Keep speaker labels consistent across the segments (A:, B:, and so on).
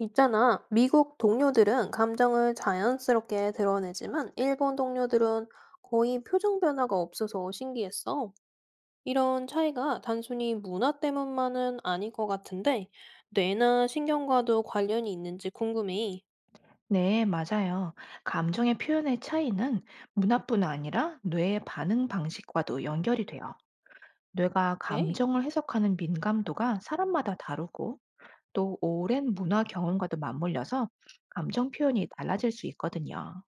A: 있잖아. 미국 동료들은 감정을 자연스럽게 드러내지만 일본 동료들은 거의 표정 변화가 없어서 신기했어. 이런 차이가 단순히 문화 때문만은 아닐 것 같은데 뇌나 신경과도 관련이 있는지 궁금해.
B: 네, 맞아요. 감정의 표현의 차이는 문화뿐 아니라 뇌의 반응 방식과도 연결이 돼요. 뇌가
A: 네,
B: 감정을 해석하는 민감도가 사람마다 다르고 또 오랜 문화 경험과도 맞물려서 감정 표현이 달라질 수 있거든요.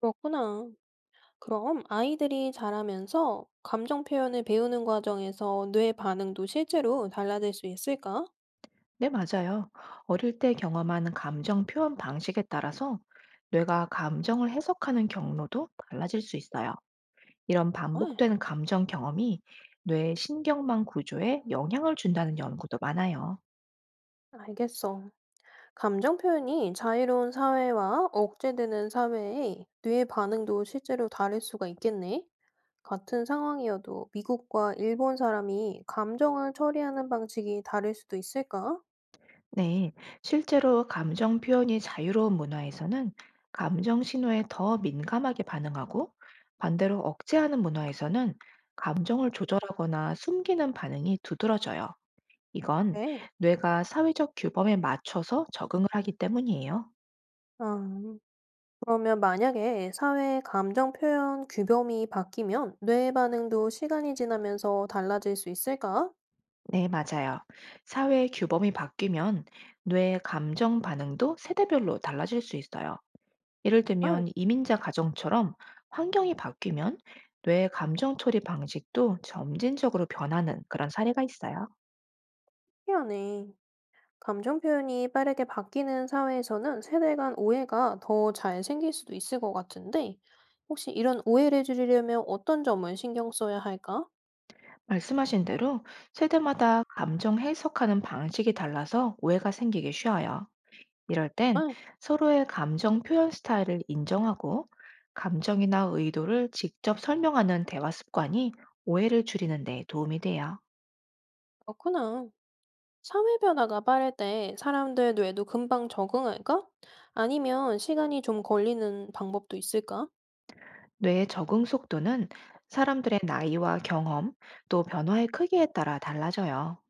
A: 그렇구나. 그럼 아이들이 자라면서 감정 표현을 배우는 과정에서 뇌 반응도 실제로 달라질 수 있을까?
B: 네, 맞아요. 어릴 때 경험하는 감정 표현 방식에 따라서 뇌가 감정을 해석하는 경로도 달라질 수 있어요. 이런
A: 아,
B: 반복되는 감정 경험이 뇌의 신경망 구조에 영향을 준다는 연구도 많아요.
A: 알겠어. 감정 표현이 자유로운 사회와 억제되는 사회의 뇌의 반응도 실제로 다를 수가 있겠네. 같은 상황이어도 미국과 일본 사람이 감정을 처리하는 방식이 다를 수도 있을까?
B: 네, 실제로 감정 표현이 자유로운 문화에서는 감정 신호에 더 민감하게 반응하고 반대로 억제하는 문화에서는 감정을 조절하거나 숨기는 반응이 두드러져요. 이건
A: 네.
B: 뇌가 사회적 규범에 맞춰서 적응을 하기 때문이에요.
A: 아, 그러면 만약에 사회의 감정 표현 규범이 바뀌면 뇌의 반응도 시간이 지나면서 달라질 수 있을까?
B: 네, 맞아요. 사회의 규범이 바뀌면 뇌의 감정 반응도 세대별로 달라질 수 있어요. 예를
A: 아,
B: 들면 이민자 가정처럼 환경이 바뀌면 뇌의 감정 처리 방식도 점진적으로 변하는 그런 사례가 있어요.
A: 신기하네. 감정 표현이 빠르게 바뀌는 사회에서는 세대 간 오해가 더 잘 생길 수도 있을 것 같은데, 혹시 이런 오해를 줄이려면 어떤 점을 신경 써야 할까?
B: 말씀하신 대로 세대마다 감정 해석하는 방식이 달라서 오해가 생기기 쉬워요. 이럴 땐
A: 아,
B: 서로의 감정 표현 스타일을 인정하고 감정이나 의도를 직접 설명하는 대화 습관이 오해를 줄이는 데 도움이 돼요.
A: 그렇구나. 사회 변화가 빠를 때 사람들 뇌도 금방 적응할까? 아니면 시간이 좀 걸리는 방법도 있을까?
B: 뇌의 적응 속도는 사람들의 나이와 경험, 또 변화의 크기에 따라 달라져요.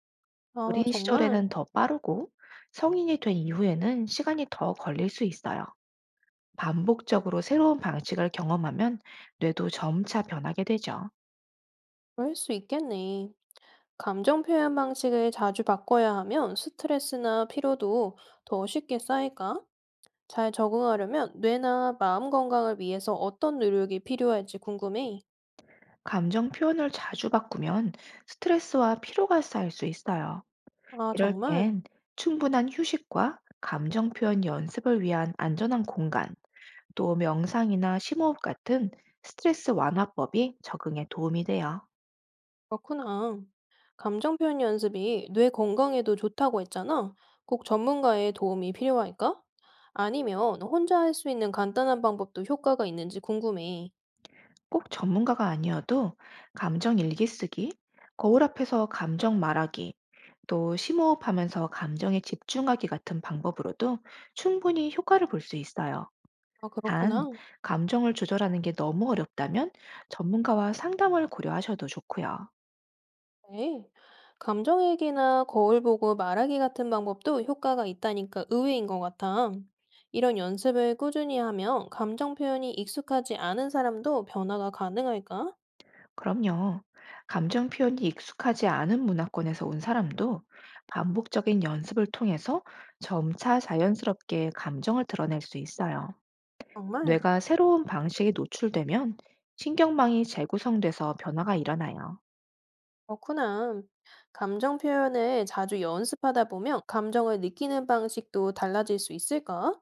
A: 아,
B: 어린 시절에는
A: 정말
B: 더 빠르고 성인이 된 이후에는 시간이 더 걸릴 수 있어요. 반복적으로 새로운 방식을 경험하면 뇌도 점차 변하게 되죠.
A: 그럴 수 있겠네. 감정 표현 방식을 자주 바꿔야 하면 스트레스나 피로도 더 쉽게 쌓일까? 잘 적응하려면 뇌나 마음 건강을 위해서 어떤 노력이 필요할지 궁금해.
B: 감정 표현을 자주 바꾸면 스트레스와 피로가 쌓일 수 있어요.
A: 아,
B: 이럴
A: 정말?
B: 땐 충분한 휴식과 감정 표현 연습을 위한 안전한 공간, 또 명상이나 심호흡 같은 스트레스 완화법이 적응에 도움이 돼요.
A: 그렇구나. 감정 표현 연습이 뇌 건강에도 좋다고 했잖아. 꼭 전문가의 도움이 필요할까? 아니면 혼자 할 수 있는 간단한 방법도 효과가 있는지 궁금해.
B: 꼭 전문가가 아니어도 감정 일기쓰기, 거울 앞에서 감정 말하기, 또 심호흡하면서 감정에 집중하기 같은 방법으로도 충분히 효과를 볼 수 있어요.
A: 아,
B: 단,
A: 그렇구나.
B: 감정을 조절하는 게 너무 어렵다면 전문가와 상담을 고려하셔도 좋고요.
A: 네. 감정일기나 거울 보고 말하기 같은 방법도 효과가 있다니까 의외인 것 같아. 이런 연습을 꾸준히 하면 감정 표현이 익숙하지 않은 사람도 변화가 가능할까?
B: 그럼요. 감정 표현이 익숙하지 않은 문화권에서 온 사람도 반복적인 연습을 통해서 점차 자연스럽게 감정을 드러낼 수 있어요.
A: 정말?
B: 뇌가 새로운 방식에 노출되면 신경망이 재구성돼서 변화가 일어나요.
A: 그렇구나. 감정 표현을 자주 연습하다 보면 감정을 느끼는 방식도 달라질 수 있을까?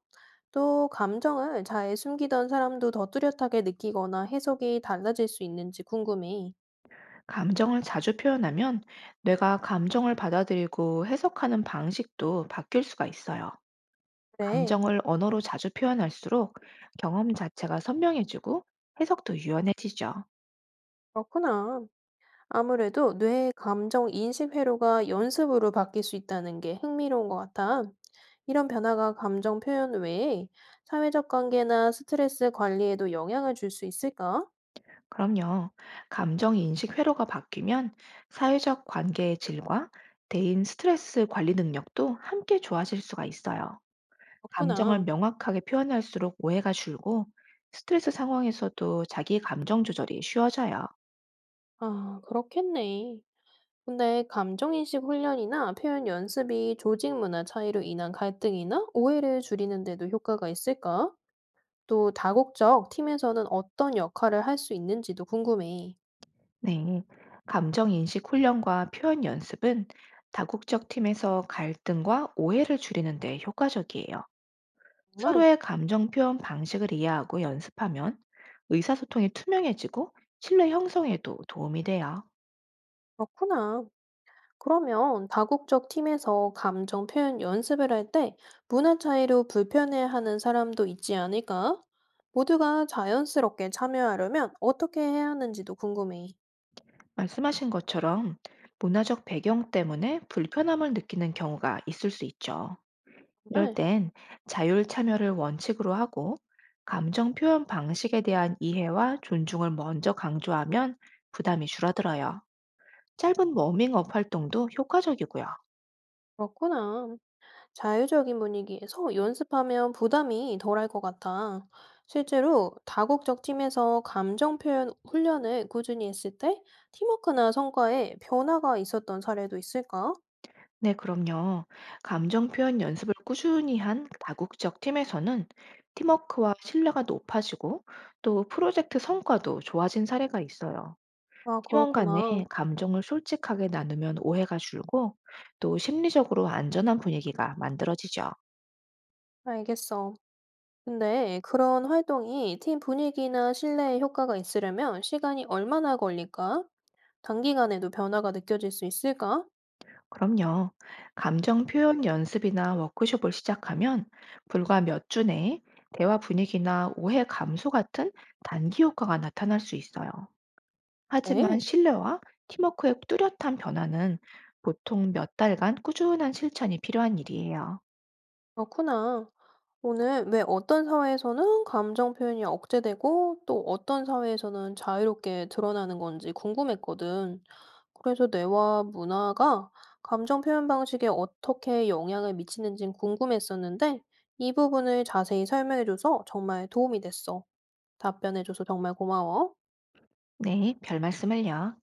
A: 또 감정을 잘 숨기던 사람도 더 뚜렷하게 느끼거나 해석이 달라질 수 있는지 궁금해.
B: 감정을 자주 표현하면 뇌가 감정을 받아들이고 해석하는 방식도 바뀔 수가 있어요.
A: 그래,
B: 감정을 언어로 자주 표현할수록 경험 자체가 선명해지고 해석도 유연해지죠.
A: 그렇구나. 아무래도 뇌의 감정 인식 회로가 연습으로 바뀔 수 있다는 게 흥미로운 것 같아. 이런 변화가 감정 표현 외에 사회적 관계나 스트레스 관리에도 영향을 줄 수 있을까?
B: 그럼요. 감정 인식 회로가 바뀌면 사회적 관계의 질과 대인 스트레스 관리 능력도 함께 좋아질 수가 있어요. 감정을
A: 그렇구나.
B: 명확하게 표현할수록 오해가 줄고 스트레스 상황에서도 자기 감정 조절이 쉬워져요.
A: 아, 그렇겠네. 근데 감정인식 훈련이나 표현 연습이 조직 문화 차이로 인한 갈등이나 오해를 줄이는데도 효과가 있을까? 또 다국적 팀에서는 어떤 역할을 할 수 있는지도 궁금해.
B: 네. 감정 인식 훈련과 표현 연습은 다국적 팀에서 갈등과 오해를 줄이는 데 효과적이에요.
A: 정말
B: 서로의 감정 표현 방식을 이해하고 연습하면 의사소통이 투명해지고 신뢰 형성에도 도움이 돼요.
A: 그렇구나. 그러면 다국적 팀에서 감정 표현 연습을 할 때 문화 차이로 불편해하는 사람도 있지 않을까? 모두가 자연스럽게 참여하려면 어떻게 해야 하는지도 궁금해.
B: 말씀하신 것처럼 문화적 배경 때문에 불편함을 느끼는 경우가 있을 수 있죠. 이럴
A: 정말
B: 땐 자율 참여를 원칙으로 하고 감정 표현 방식에 대한 이해와 존중을 먼저 강조하면 부담이 줄어들어요. 짧은 워밍업 활동도 효과적이고요.
A: 그렇구나. 자유적인 분위기에서 연습하면 부담이 덜할 것 같아. 실제로 다국적 팀에서 감정 표현 훈련을 꾸준히 했을 때 팀워크나 성과에 변화가 있었던 사례도 있을까?
B: 네, 그럼요. 감정 표현 연습을 꾸준히 한 다국적 팀에서는 팀워크와 신뢰가 높아지고 또 프로젝트 성과도 좋아진 사례가 있어요.
A: 아,
B: 팀원 간에
A: 그렇구나.
B: 감정을 솔직하게 나누면 오해가 줄고 또 심리적으로 안전한 분위기가 만들어지죠.
A: 알겠어. 근데 그런 활동이 팀 분위기나 신뢰에 효과가 있으려면 시간이 얼마나 걸릴까? 단기간에도 변화가 느껴질 수 있을까?
B: 그럼요. 감정 표현 연습이나 워크숍을 시작하면 불과 몇 주 내에 대화 분위기나 오해 감소 같은 단기 효과가 나타날 수 있어요. 하지만
A: 에이,
B: 신뢰와 팀워크의 뚜렷한 변화는 보통 몇 달간 꾸준한 실천이 필요한 일이에요.
A: 그렇구나. 오늘 왜 어떤 사회에서는 감정 표현이 억제되고 또 어떤 사회에서는 자유롭게 드러나는 건지 궁금했거든. 그래서 뇌와 문화가 감정 표현 방식에 어떻게 영향을 미치는지 궁금했었는데 이 부분을 자세히 설명해줘서 정말 도움이 됐어. 답변해줘서 정말 고마워.
B: 네, 별 말씀을요.